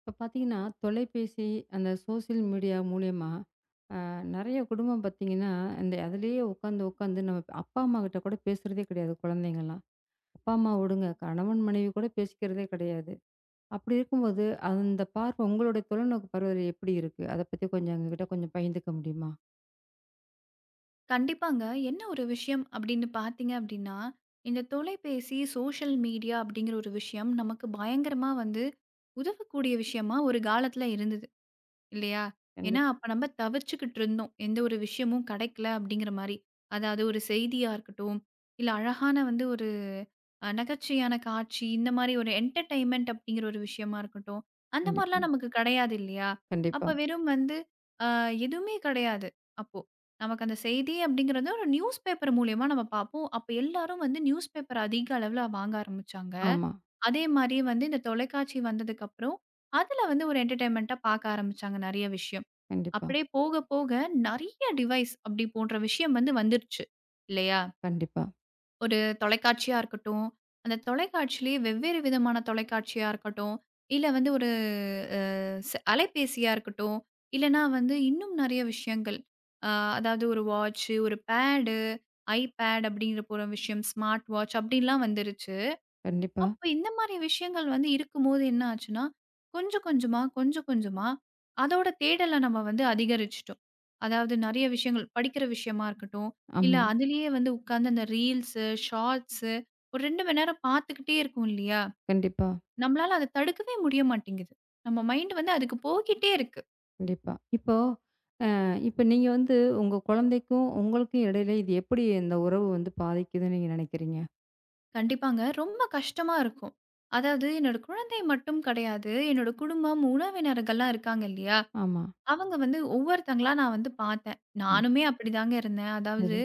இப்போ பார்த்தீங்கன்னா, தொலைபேசி, அந்த சோசியல் மீடியா மூலியமா, நெறைய குடும்பம் பார்த்தீங்கன்னா, இந்த அதிலேயே உட்காந்து, உட்காந்து நம்ம அப்பா, அம்மா கிட்ட கூட பேசுறதே கிடையாது குழந்தைங்கலாம். அப்பா, அம்மா விடுங்க. கணவன், மனைவி கூட பேசிக்கிறதே கிடையாது. அப்படி இருக்கும்போது, அந்த பார்வை உங்களுடைய தொலைநோக்கு பார்வை எப்படி இருக்கு? அத பத்தி கொஞ்சம் எங்ககிட்ட கொஞ்சம் பகிர்ந்துக்க முடியுமா? கண்டிப்பாங்க. என்ன ஒரு விஷயம் அப்படின்னு பார்த்தீங்க அப்படின்னா, இந்த தொலைபேசி, சோஷியல் மீடியா அப்படிங்கிற ஒரு விஷயம் நமக்கு பயங்கரமா வந்து உதவக்கூடிய விஷயமா ஒரு காலத்துல இருந்தது. இல்லையா? ஏன்னா, கண்டிப்பா, அப்ப நம்ம தவிர்ச்சுக்கிட்டு இருந்தோம். எந்த ஒரு விஷயமும் கிடைக்கல அப்படிங்கிற மாரி. அதாவது ஒரு செய்தியா இருக்கட்டும், இல்ல அழகான வந்து ஒரு நகைச்சுவையான காட்சி, இந்த மாரி ஒரு என்டர்டெயின்மென்ட் அப்படிங்கிற ஒரு விஷயமா இருக்கட்டும். அந்த கண்டிப்பா, மாரிலாம் நமக்கு கிடையாது இல்லையா? கண்டிப்பா. அப்ப வெறும் வந்து அ எதுவுமே கிடையாது. அப்போ நமக்கு அந்த செய்தி அப்படிங்கிறது ஒரு நியூஸ் பேப்பர் மூலியமா நம்ம பார்ப்போம். அப்ப எல்லாரும் வந்து நியூஸ் பேப்பர் அதிக அளவுல வாங்க ஆரம்பிச்சாங்க. ஆமா. அதே மாரி வந்து இந்த தொலைக்காட்சி வந்ததுக்கப்புறம், அதுல வந்து ஒரு என்டர்டெயின்மென்ட்டா பாக்க ஆரம்பிச்சாங்க நெறைய விஷயம். கண்டிப்பா, அப்படியே போக, போக நெறைய டிவைஸ் அப்படி போன்ற விஷயம் வந்து வந்துருச்சு. இல்லையா? கண்டிப்பா, ஒரு தொலைக்காட்சியா இருக்கட்டும், அந்த தொலைக்காட்சியிலேயே வெவ்வேறு விதமான தொலைக்காட்சியா இருக்கட்டும், இல்ல வந்து ஒரு அ ஸ் அலைபேசியா இருக்கட்டும், இல்லன்னா வந்து இன்னும் நெறைய விஷயங்கள். அ அதாவது ஒரு வாட்ச்சு, ஒரு பேடு, ஐபேட் அப்படிங்கிற போற விஷயம், ஸ்மார்ட் வாட்ச் அப்படின்லாம் வந்துருச்சு. கண்டிப்பா. அப்ப இந்த மாரி விஷயங்கள் வந்து இருக்கும்போது என்ன ஆச்சுன்னா, கொஞ்சம் கொஞ்சமா, கொஞ்சம் கொஞ்சமா அதோட தேடல நம்ம வந்து அதிகரிச்சுட்டோம். அதாவது நெறைய விஷயங்கள் படிக்கிற விஷயமா இருக்கட்டும், இல்ல ஆமா. அதிலேயே வந்து உட்கார்ந்து அந்த ரீல்ஸு, ஷார்ட்ஸு ஒரு 2 மணி நேரம் பார்த்துக்கிட்டே இருக்கோம் இல்லையா? கண்டிப்பா, நம்மளால அத தடுக்கவே முடிய மாட்டேங்குது. நம்ம மைண்ட் வந்து அதுக்கு போய்க்கிட்டே இருக்கு. கண்டிப்பா. இப்ப நீங்க வந்து உங்க குழந்தைக்கும், உங்களுக்கும் இடையில இது எப்படி இந்த உறவு வந்து பாதிக்குதுன்னு நீங்க நினைக்கிறீங்க? கண்டிப்பாங்க. ரொம்ப கஷ்டமா இருக்கும். அதாவது என்னோட குழந்தை மட்டும் கிடையாது. என்னோட குடும்பம், உறவினர்கள்லாம் இருக்காங்க இல்லையா? ஆமா. அவங்க வந்து ஒவ்வொருத்தங்களா நான் வந்து பார்த்தேன். ம். நானுமே அப்படிதாங்க இருந்தேன். அதாவது சரி,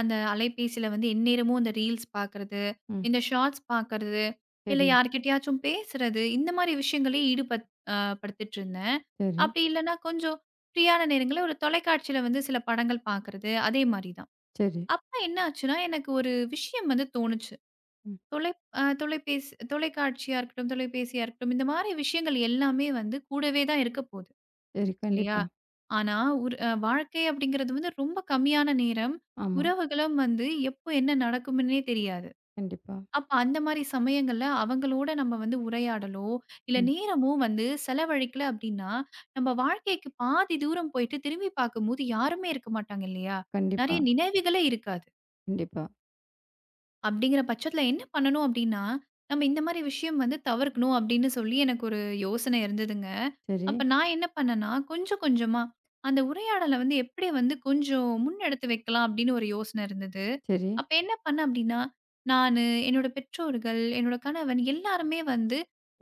அந்த அலைபேசியில வந்து எந்நேரமும் அந்த ரீல்ஸ் பார்க்கறது, ம். இந்த ஷார்ட்ஸ் பார்க்கறது, இல்ல சரி, யார்கிட்டயாச்சும் பேசுறது, இந்த மாரி விஷயங்களே ஈடுபட் அ படுத்திட்டு இருந்தேன். சரி, அப்படி இல்லன்னா கொஞ்சம் ஃப்ரீயான நேரங்கள்ல ஒரு தொலைக்காட்சியில வந்து சில படங்கள் பார்க்கறது, அதே மாரி தான். சரி, அப்ப என்ன ஆச்சுன்னா, எனக்கு ஒரு விஷயம் வந்து தோணுச்சு. ம். தொலை தொலைபேசி தொலைக்காட்சியா இருக்கட்டும், தொலைபேசியா இருக்கட்டும், இந்த மாரி விஷயங்கள் எல்லாமே வந்து கூடவே தான் இருக்க போது. சரி. இல்லையா? கண்டிப்பா. ஆனா, ஒரு வாழ்க்கை அப்படிங்கிறது வந்து ரொம்ப கம்மியான நேரம். ஆமா. உறவுகளும் வந்து எப்போ என்ன நடக்கும்ன்னே தெரியாது. கண்டிப்பா. அப்ப அந்த மாரி சமயங்கள்ல அவங்களோட நம்ம வந்து உரையாடலோ, இல்ல ம். நேரமும் வந்து செலவழிக்கல அப்படின்னா, நம்ம வாழ்க்கைக்கு பாதி தூரம் போயிட்டு திரும்பி பார்க்கும்போது யாருமே இருக்க மாட்டாங்க இல்லையா? கண்டிப்பா. நெறைய நினைவுகளே இருக்காது. கண்டிப்பா. அப்படிங்கிற பட்சத்துல என்ன பண்ணணும் அப்படின்னா, நம்ம இந்த மாரி விஷயம் வந்து தவிர்க்கணும் அப்படின்னு சொல்லி எனக்கு ஒரு யோசனை இருந்ததுங்க. சரி, அப்ப நான் என்ன பண்ணேன்னா, கொஞ்சம் கொஞ்சமா அந்த உரையாடல வந்து எப்படி வந்து கொஞ்சம் முன்னெடுத்து வைக்கலாம் அப்படின்னு ஒரு யோசனை இருந்தது. சரி. அப்ப என்ன பண்ணேன் அப்படின்னா, நானு, என்னோட பெற்றோர்கள், என்னோட கணவன் எல்லாருமே வந்து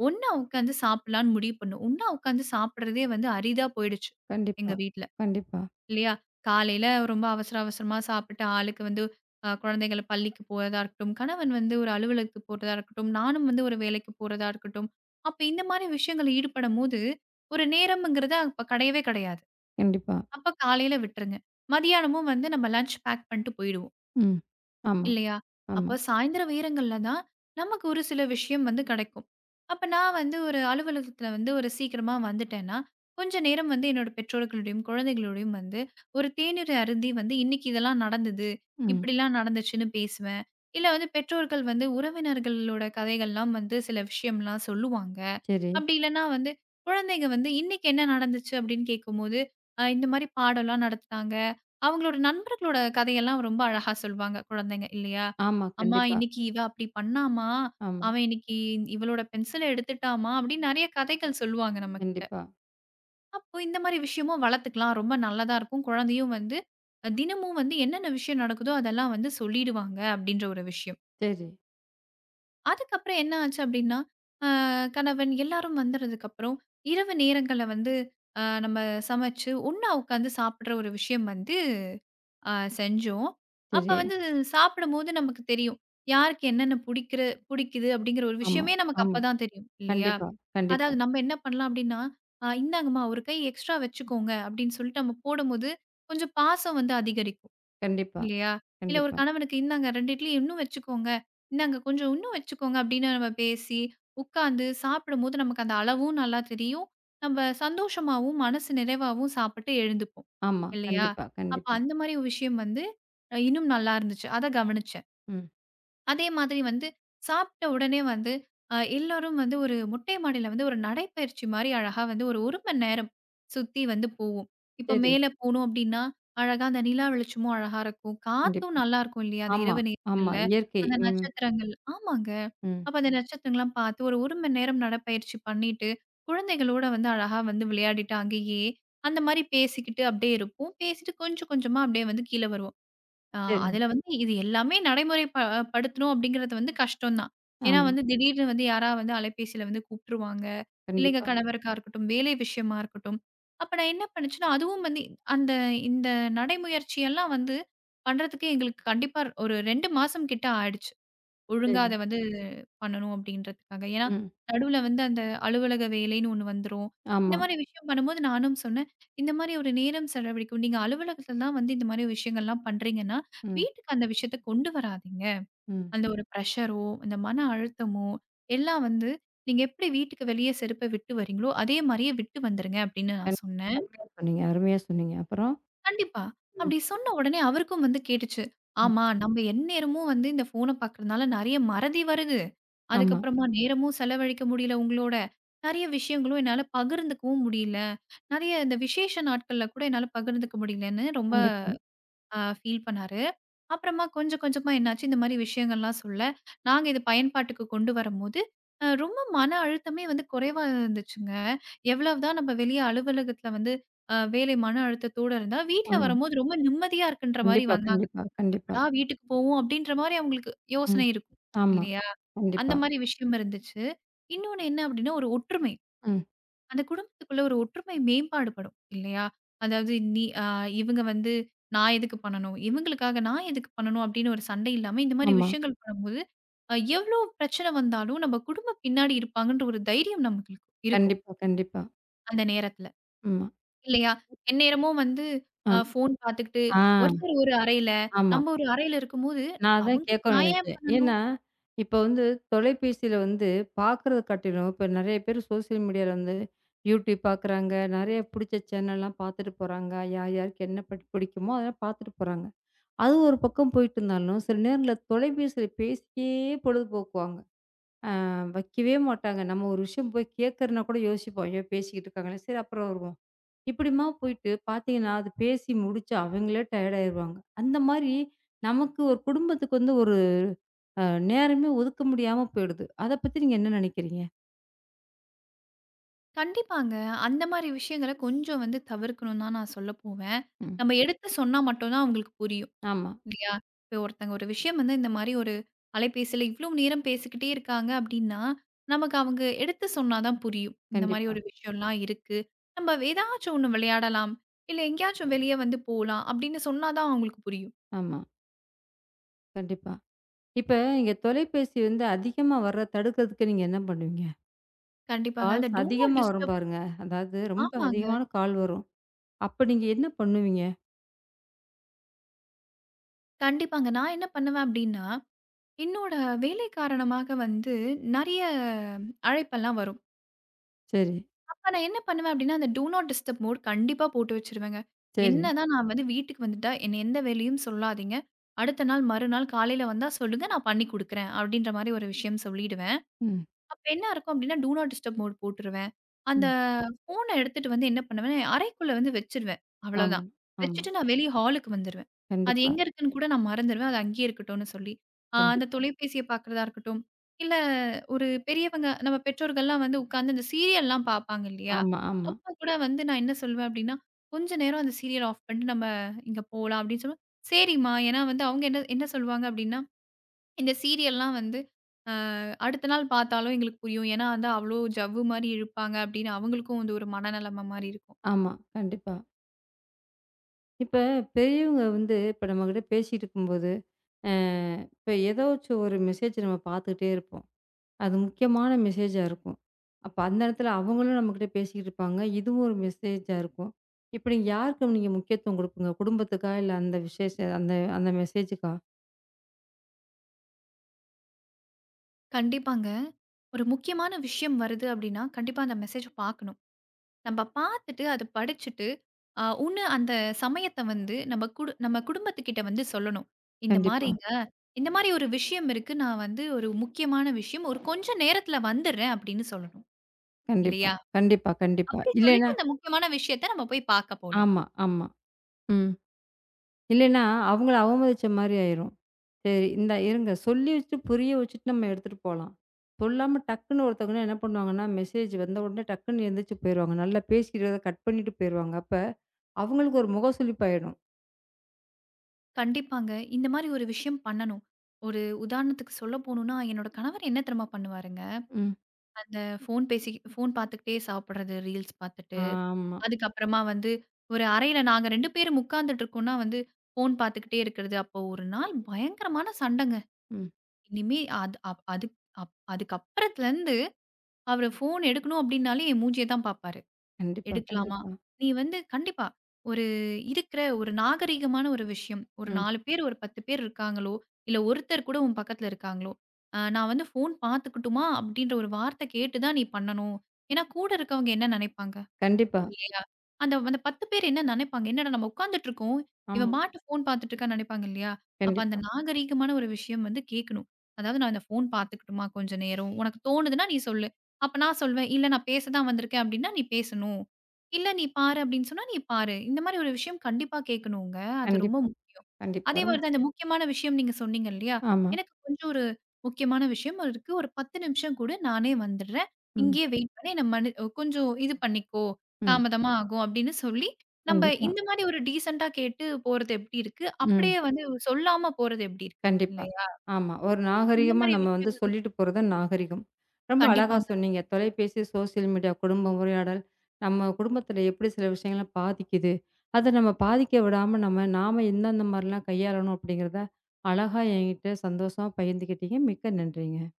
ஒண்ணா உட்காந்து சாப்பிடலான்னு முடிவு பண்ணோம். ஒண்ணா உட்காந்து சாப்பிடுறதே வந்து அரிதா போயிடுச்சு கண்டிப்பா, எங்க வீட்ல. கண்டிப்பா, இல்லையா? காலையில ரொம்ப அவசர அவசரமா சாப்பிட்டு ஆளுக்கு வந்து குழந்தைகள பள்ளிக்கு போறதா இருக்கட்டும், கணவன் வந்து ஒரு அலுவலகத்துக்கு போறதா இருக்கட்டும், நானும் வந்து ஒரு வேலைக்கு போறதா இருக்கட்டும். அப்ப இந்த மாரி விஷயங்கள்ல ஈடுபடும்போது, ஒரு நேரம்ங்கிறது அப்ப கிடையவே கிடையாது. கண்டிப்பா. அப்ப காலையில விட்டுருங்க. மதியானமும் வந்து நம்ம லஞ்ச் பேக் பண்ணிட்டு போயிடுவோம். ம். ஆமா, இல்லையா? ஆமா. அப்ப சாயந்திர நேரங்கள்ல தான் நமக்கு ஒரு சில விஷயம் வந்து கிடைக்கும். அப்ப நான் வந்து ஒரு அலுவலகத்துல வந்து ஒரு சீக்கிரமா வந்துட்டேன்னா, கொஞ்ச நேரம் வந்து என்னோட பெற்றோர்களோடையும், குழந்தைகளோடையும் வந்து ஒரு தேநீர் அருந்தி வந்து இன்னைக்கு இதெல்லாம் நடந்தது, ம். இப்படிலாம் நடந்துச்சுன்னு பேசுவேன். இல்ல வந்து பெற்றோர்கள் வந்து உறவினர்களோட கதைகள்லாம் வந்து சில விஷயம்லாம் சொல்லுவாங்க. சரி. அப்படி இல்லன்னா வந்து, குழந்தைங்க வந்து இன்னைக்கு என்ன நடந்துச்சு அப்படின்னு கேட்கும்போது, இந்த மாரி பாடம்லாம் நடத்துனாங்க. அவங்களோட நண்பர்களோட கதையெல்லாம் ரொம்ப அழகா சொல்வாங்க குழந்தைங்க இல்லையா? ஆமா. "அம்மா கண்டிப்பா. இன்னைக்கு இவ அப்படி பண்ணாம்மா, ஆமா. அவன் இன்னைக்கு இவளோட பென்சில எடுத்துட்டாம்மா" அப்படின்னு நெறைய கதைகள் சொல்லுவாங்க நம்மகிட்ட. கண்டிப்பா. அப்போ இந்த மாரி விஷயமும் வளர்த்துக்கலாம். ரொம்ப நல்லதா இருக்கும். குழந்தையும் வந்து தினமும் வந்து என்னென்ன விஷயம் நடக்குதோ அதெல்லாம் வந்து சொல்லிடுவாங்க அப்படின்ற ஒரு விஷயம். சரி, அதுக்கப்புறம் என்ன ஆச்சு அப்டின்னா, அ கணவன் எல்லாரும் வந்ததுக்கப்புறம், இரவு நேரங்கள்ல வந்து நம்ம சமைச்சு, ஒண்ணா உட்காந்து சாப்பிடுற ஒரு விஷயம் வந்து அ செஞ்சோம். அப்ப சரி. வந்து சாப்பிடும்போது நமக்கு தெரியும். யாருக்கு என்னென்ன புடிக்குது அப்படிங்கிற ஒரு ஆமா, விஷயமே நமக்கு ஆமா. அப்பதான் தெரியும், இல்லையா? கண்டிப்பா, கண்டிப்பா, அதாவது நம்ம என்ன பண்ணலாம் அப்படின்னா, இந்தாங்கம்மா ஒரு கை எக்ஸ்ட்ரா வச்சுக்கோங்க" அப்படின்னு சொல்லிட்டு நம்ம போடும்போது, கொஞ்சம் பாசம் வந்து அதிகரிக்கும். கண்டிப்பா, இல்லையா? இல்ல ஒரு கண்டிப்பா. கணவனுக்கு "இந்தாங்க 2 இட்லி இன்னும் வச்சுக்கோங்க. இந்தாங்க கொஞ்சம் இன்னும் வச்சுக்கோங்க" அப்படின்னு நம்ம பேசி, உட்காந்து சாப்பிடும்போது நமக்கு அந்த அளவும் நல்லா தெரியும். நம்ம சந்தோஷமாவும், மனசு நிறைவாவும் சாப்பிட்டு எழுந்துப்போம். ஆமா. இல்லையா? கண்டிப்பா, அப்ப கண்டிப்பா. அந்த மாரி ஒரு விஷயம் வந்து, இன்னும் நல்லா இருந்துச்சு. அத கவனிச்சேன். ம். அதே மாதிரி வந்து சாப்பிட்ட உடனே வந்து எல்லாரும் வந்து ஒரு மொட்டை மாடியில வந்து ஒரு நடைப்பயிற்சி மாரி அழகா வந்து ஒரு 1 மணி நேரம் சுத்தி வந்து போவோம். இப்ப சரி. மேல போனோம் அப்டின்னா, அழகா அந்த நிலா வெளிச்சமும் அழகா இருக்கும். காத்தும் கண்டிப்பா. நல்லாருக்கும் இல்லையா? அந்த ஆமா, இரவு ஆமா. நேரங்கள்ல. இயற்கை. அந்த ம், நட்சத்திரங்கள் ஆமாங்க. ம். அப்ப அந்த நட்சத்திரங்கள்லாம் பார்த்து ஒரு 1 மணி நேரம் நடைப்பயிற்சி பண்ணிட்டு, குழந்தைகளோட வந்து அழகா வந்து விளையாடிட்டு அங்கேயே, அந்த மாரி பேசிக்கிட்டு அப்டியே இருப்போம். பேசிட்டு கொஞ்சம் கொஞ்சமா அப்டியே வந்து கீழ வருவோம். ஆ சரி. அதுல வந்து இது எல்லாமே நடைமுறை ப படுத்தணும் அப்படிங்கிறது வந்து கஷ்டம் தான். ஏன்னா ஆமா. வந்து திடீர்னு வந்து யாரா வந்து அலைபேசியில வந்து கூப்ட்டுருவாங்க. இல்ல எங்க கண்டிப்பா. கணவருக்கா இருக்கட்டும், வேலை விஷயமா இருக்கட்டும். அப்ப நான் என்ன பண்ணுச்சுன்னா, அதுவும் வந்து அந்த இந்த நடைமுயற்சியெல்லாம் வந்து பண்றதுக்கு எங்களுக்கு கண்டிப்பா ஒரு 2 மாசம் கிட்ட ஆயிடுச்சு. ஒழுங்கா சரி. அத வந்து பண்ணணும் அப்படின்றதுக்காக. ஏன்னா, ம். நடுவுல வந்து அந்த அலுவலக வேலைன்னு ஒண்ணு வந்துரும். இந்த ஆமா. மாரி விஷயம் பண்ணும்போது நானும் சொன்னேன், "இந்த மாரி ஒரு நேரம் செலவழிக்கும். நீங்க அலுவலகத்துல தான் வந்து இந்த மாரி விஷயங்கள்லாம் பண்றீங்கன்னா, ம், வீட்டுக்கு அந்த விஷயத்த கொண்டு வராதீங்க. ம். அந்த ஒரு ப்ரஷரோ, அந்த மன அழுத்தமோ எல்லாம் வந்து நீங்க எப்படி வீட்டுக்கு வெளிய செருப்ப விட்டு வரீங்களோ, அதே மாரியே விட்டு வந்துருங்க" அப்படின்னு கண் நான் சொன்னேன். அருமையா சொன்னீங்க, அருமையா சொன்னீங்க. அப்புறம்? கண்டிப்பா. ம், அப்படி சொன்ன உடனே அவருக்கும் வந்து கேட்டுச்சு. ம். ஆமா, நம்ம எந்நேரமும் வந்து இந்த ஃபோன பார்க்கறதுனால நெறைய மறதி வருது. ஆமா. அதுக்கப்புறமா நேரமும் செலவழிக்க முடியல உங்களோட. நெறைய விஷயங்களும் என்னால பகிர்ந்துக்கவும் முடியல. நெறைய இந்த விசேஷ நாட்கள்ல கூட என்னால பகிர்ந்துக்க முடியலன்னு ரொம்ப கண்டிப்பா. ஃபீல் பண்ணாரு. அப்புறமா கொஞ்சம் கொஞ்சமா என்னாச்சு, இந்த மாரி விஷயங்கள்லாம் சொல்ல, நாங்க இத பயன்பாட்டுக்கு கொண்டு வரம்போது, ரொம்ப மன அழுத்தமே வந்து குறைவா இருந்துச்சுங்க. எவ்வளவு தான் நம்ம வெளிய அலுவலகத்துல வந்து வேலை மன அழுத்தத்தோட இருந்தா, வீட்ல ஆமா. வரும்போது ரொம்ப நிம்மதியா இருக்குன்ற மாரி கண்டிப்பா, வந்தாங்க. கண்டிப்பா, கண்டிப்பா. எப்படா வீட்டுக்கு போவோம் அப்படின்ற மாரி அவங்களுக்கு ம். யோசனை இருக்கும் ஆமா. இல்லையா? அந்த கண்டிப்பா. மாரி விஷயம் இருந்துச்சு. இன்னொன்னு என்ன அப்படின்னா, ஒரு ஒற்றுமை. ம். அந்த குடும்பத்துக்குள்ள ஒரு ஒற்றுமை மேம்பாடு படும் இல்லையா? அதாவது நீ அ இவங்க வந்து நான் எதுக்கு பண்ணணும்? இவங்களுக்காக நான் எதுக்கு பண்ணணும்? அப்படின்னு ஒரு சண்டை இல்லாம இந்த மாரி ஆமா. விஷயங்கள் பண்ணும்போது, எவ்ளோ பிரச்சனை வந்தாலும் நம்ம குடும்பம் பின்னாடி இருப்பாங்கன்ற ஒரு தைரியம் நமக்கு இருக்கும். கண்டிப்பா, கண்டிப்பா. அந்த நேரத்துல ஆமா. இல்லையா? எந்நேரமும் வந்து அ. ஃபோன் பார்த்துக்கிட்டு ஆ. ஒருத்தர் ஒரு அறையில, ஆமா. நம்ம ஒரு அறையில இருக்கும்போது, நான் அதான் அவங்களுக்கு கேட்க நான் ஏன் நினைச்சேன். பண்ணணும்? ஏன்னா, இப்ப வந்து தொலைபேசியில வந்து பார்க்குறத காட்டிலும், இப்ப நெறைய பேர் சோசியல் மீடியால வந்து யூடியூப் பார்க்குறாங்க. நெறைய புடிச்ச சேனல்லாம் பார்த்துட்டு போறாங்க. யார் யாருக்கு என்ன படி பிடிக்குமோ அதெல்லாம் பார்த்துட்டு போறாங்க. அது ஒரு பக்கம் போயிட்டு இருந்தாலும், சில நேரங்கள்ல தொலைபேசியில பேசியே பொழுதுபோக்குவாங்க. வைக்கவே மாட்டாங்க. நம்ம ஒரு விஷயம் போய் கேட்கறனா கூட யோசிப்போம். ஐயோ! பேசிக்கிட்டு இருக்காங்களே, சரி அப்புறம் வருவோம். இப்படிமா போயிட்டு பார்த்தீங்கன்னா, அது பேசி முடிச்சு அவங்களே டயர்ட் ஆயிருவாங்க. அந்த மாரி நமக்கு ஒரு குடும்பத்துக்கு வந்து ஒரு அ நேரமே ஒதுக்க முடியாம போயிடுது. அத பத்தி நீங்க என்ன நெனைக்கிறீங்க? கண்டிப்பாங்க. அந்த மாரி விஷயங்கள கொஞ்சம் வந்து தவிர்க்கணும்னு தான் நான் சொல்ல போவேன். ம். நம்ம எடுத்து சொன்னா மட்டும் தான் அவங்களுக்கு புரியும். ஆமா. இல்லையா? இப்ப ஒருத்தங்க ஒரு விஷயம் வந்து இந்த மாரி ஒரு அலைபேசியில இவ்ளோ நேரம் பேசிக்கிட்டே இருக்காங்க அப்டின்னா, நமக்கு அவங்க எடுத்து சொன்னா தான் புரியும். இந்த மாரி கண்டிப்பா. ஒரு விஷயம்லாம் இருக்கு. நம்ம ஏதாச்சும் ஒண்ணு விளையாடலாம். இல்ல எங்கேயாச்சும் வெளிய வந்து போலாம் அப்டின்னு சொன்னா தான் அவங்களுக்கு புரியும். ஆமா. கண்டிப்பா. இப்ப இங்க தொலைபேசி வந்து அதிகமா வர தடுக்கிறதுக்கு நீங்க என்ன பண்ணுவீங்க? கண்டிப்பாங்க. அந்த கால்ஸ் டூ நாட் அதிகமா வரும் டிஸ்டர்ப். பாருங்க. அதாவது ரொம்ப ஆமாங்க. அதிகமான கால் வரும். அப்ப நீங்க என்ன பண்ணுவீங்க? கண்டிப்பாங்க. நான் என்ன பண்ணுவேன் அப்டின்னா, என்னோட வேலை காரணமாக வந்து நெறைய அழைப்பெல்லாம் வரும். சரி, அப்ப நான் என்ன பண்ணுவேன் அப்படின்னா, அந்த டூ நாட் டிஸ்டர்ப் மோட் கண்டிப்பா போட்டு வச்சுருவேங்க. சரி. என்னதான் நான் வந்து வீட்டுக்கு வந்துட்டா, என்ன எந்த வேலையும் சொல்லாதீங்க. அடுத்த நாள் மறுநாள் காலையில வந்தா சொல்லுங்க, நான் பண்ணி குடுக்குறேன். அப்படின்ற மாரி ஒரு விஷயம் சொல்லிடுவேன். ம். அப்ப என்ன இருக்கும் அப்டின்னா, டூ நாட் டிஸ்டர்ப் மோட் போட்டுருவேன். அந்த ம். ம். ஃபோன எடுத்துட்டு வந்து என்ன பண்ணுவேன்னா, என் அறைக்குள்ள வந்து வச்சுருவேன். ஆமா, அவ்வளோதான். ஆமா. வச்சுட்டு நான் வெளிய ஹாலுக்கு வந்துருவேன். அது கண்டிப்பா, எங்க இருக்குன்னு கூட நான் மறந்துருவேன். அது அங்கேயே இருக்கட்டும்னு சொல்லி. அந்த கண்டிப்பா. தொலைபேசிய பார்க்குறதா இருக்கட்டும், இல்ல ஒரு பெரியவங்க நம்ம பெற்றோர்கள்லாம் வந்து உட்கார்ந்து இந்த சீரியல்லாம் பார்ப்பாங்க இல்லையா? ஆமா, ஆமா, அப்ப கூட வந்து நான் என்ன சொல்வேன் அப்டின்னா, "கொஞ்ச நேரம் அந்த சீரியல் ஆஃப் பண்ணிட்டு நம்ம இங்க போலாம்" அப்டின்னு சொல்லுவேன். "சரிம்மா". ஏன்னா வந்து அவங்க என்ன என்ன சொல்லுவாங்க அப்டின்னா இந்த சீரியல்லாம் வந்து அ அடுத்த நாள் பார்த்தாலும் எங்களுக்கு புரியும். ஏன்னா வந்து அவ்ளோ ஜவ்வு மாரி இழுப்பாங்க அப்படின்னு அவங்களுக்கும் வந்து ஒரு மனநெலைமை மாரி இருக்கும். ஆமா. கண்டிப்பா. இப்ப பெரியவங்க வந்து இப்ப நம்மகிட்ட பேசிட்டு இருக்கும்போது, அ இப்ப ஏதாச்சும் ஒரு மெசேஜ் நம்ம பார்த்துக்கிட்டே இருப்போம். அது முக்கியமான மெசேஜா இருக்கும். அப்ப அந்த இடத்துல அவங்களும் நம்மகிட்ட பேசிக்கிட்டு இருப்பாங்க. இதுவும் ஒரு மெசேஜா இருக்கும். இப்ப நீங்க யாருக்கு நீங்க முக்கியத்துவம் குடுப்பீங்க? குடும்பத்துக்கா? இல்ல அந்த விசேஷ அந்த அந்த மெசேஜுக்கா? கண்டிப்பாங்க. ஒரு முக்கியமான விஷயம் வருது அப்படின்னா, கண்டிப்பா அந்த மெசேஜ பார்க்கணும். நம்ப பார்த்துட்டு, அத படிச்சுட்டு, ஒண்ணு அந்த சமயத்த வந்து நம்ம குடும்பத்துக்கிட்ட வந்து சொல்லணும். இந்த கண்டிப்பா, மாரிங்க, இந்த மாரி ஒரு விஷயம் இருக்கு. நான் வந்து ஒரு முக்கியமான விஷயம். ஒரு கொஞ்சம் நேரத்துல வந்துர்றேன் அப்படின்னு சொல்லணும். கண்டிப்பா, இல்லையா? கண்டிப்பா, கண்டிப்பா. அப்படி இல்லைன்னா சொல்லிட்டு அந்த முக்கியமான விஷயத்த நம்ம போய் பார்க்க போலாம். ஆமா, ஆமா. ம். இல்லைன்னா அவங்கள அவமதிச்ச மாரி ஆயிரும். சரி இந்தா இருங்க சொல்லி வச்சுட்டு, புரிய வச்சுட்டு நம்ம எடுத்துட்டு போலாம். சொல்லாம டக்குன்னு ஒருத்தவங்க என்ன பண்ணுவாங்கன்னா, மெசேஜ் வந்த உடனே டக்குன்னு எந்திரிச்சு போயிருவாங்க. நல்லா பேசிக்கிறத கட் பண்ணிட்டு போயிருவாங்க. அப்ப அவங்களுக்கு ஒரு முக சுளிப்பாயிடும். கண்டிப்பாங்க. இந்த மாரி ஒரு விஷயம் பண்ணணும். ஒரு உதாரணத்துக்கு சொல்ல போணும்னா, என்னோட கணவர் என்ன தெரியுமா பண்ணுவாருங்க, ம். அந்த ஃபோன் பார்த்துக்கிட்டே சாப்பிடுறது, ரீல்ஸ் பார்த்துட்டு, ஆமா. அதுக்கப்புறமா வந்து ஒரு அறையில நாங்க 2 பேரும் உட்கார்ந்துட்டு இருக்கோம்னா வந்து, ஃபோன் பார்த்துக்கிட்டே இருக்கிறது. அப்போ ஒரு நாள் பயங்கரமான சண்டங்க. ம். இனிமே அதுக்கப்புறத்துலருந்து அவரு ஃபோன் எடுக்கணும் அப்டின்னாலே என் மூஞ்சிய தான் பார்ப்பாரு. கண்டிப்பா, எடுக்கலாமா? கண்டிப்பா. நீ வந்து கண்டிப்பா. ஒரு இருக்கிற ஒரு நாகரீகமான ஒரு விஷயம். ஒரு ம். 4 பேர், ஒரு 10 பேர் இருக்காங்களோ, இல்ல ஒருத்தர் கூட உன் பக்கத்துல இருக்காங்களோ, நான் வந்து ஃபோன் பார்த்துக்கட்டுமா? அப்படின்ற ஒரு வார்த்தை கேட்டு தான் நீ பண்ணணும். ஏன்னா கூட இருக்கவங்க என்ன நினைப்பாங்க? கண்டிப்பா. இல்லையா? அந்த அந்த 10 பேர் என்ன நெனைப்பாங்க? என்னடா நம்ம உட்கார்ந்துட்டுருக்கோம். ஆமா. இவன் பாட்டு ஃபோன் பார்த்துட்டு இருக்கான்னு நெனைப்பாங்க இல்லையா? அப்ப அந்த கண்டிப்பா, நாகரீகமான ஒரு விஷயம் வந்து கேட்கணும். அதாவது நான் இந்த ஃபோன் பார்த்துக்கட்டுமா கொஞ்ச நேரம்? உனக்கு தோணுதுன்னா நீ சொல்லு. அப்ப நான் சொல்வேன், "இல்ல நான் பேச தான் வந்திருக்கேன்" அப்படின்னா, "நீ பேசணும். இல்ல நீ பாரு" அப்படின்னு சொன்னா, "நீ பாரு." இந்த மாரி ஒரு விஷயம் கண்டிப்பா கேட்கணுங்க. அது ரொம்ப கண்டிப்பா, கண்டிப்பா. அதே மாரி தான். இந்த முக்கியமான விஷயம் நீங்க சொன்னீங்க இல்லையா? ஆமா. எனக்கு கொஞ்சம் ஒரு முக்கியமான விஷயம் இருக்கு. ஒரு 10 நிமிஷம் குடு நானே வந்துடுறேன். ம், இங்கேயே வெயிட் பண்ணு. என்ன மன்னு கொஞ்சம் இது பண்ணிக்கோ. ம். தாமதமா ஆகும் அப்படின்னு சொல்லி, நம்ப கண்டிப்பா. இந்த மாரி ஒரு டீசென்ட்டா கேட்டு போறது எப்படி இருக்கு? ம். அப்படியே வந்து சொல்லாம போறது எப்படி இருக்கு? கண்டிப்பா. இல்லையா? ஆமா. ஒரு அப்ப இந்த நாகரிகமா மாரி நம்ம வந்து விஷயங்கள் சொல்லிட்டு போறது தான் நாகரிகம். ரொம்ப அழகா கண்டிப்பாங்க. சொன்னீங்க. தொலைபேசி, சோசியல் மீடியா, குடும்ப உரையாடல் நம்ம குடும்பத்தில எப்படி சில விஷயங்கள பாதிக்குது. அத நம்ம பாதிக்க விடாம நம்ம நாம எந்தெந்த மாரிலாம் கையாளணும் அப்படிங்கிறத அழகா என்கிட்ட சந்தோஷமா பகிர்ந்துக்கிட்டீங்க. மிக்க நன்றிங்க.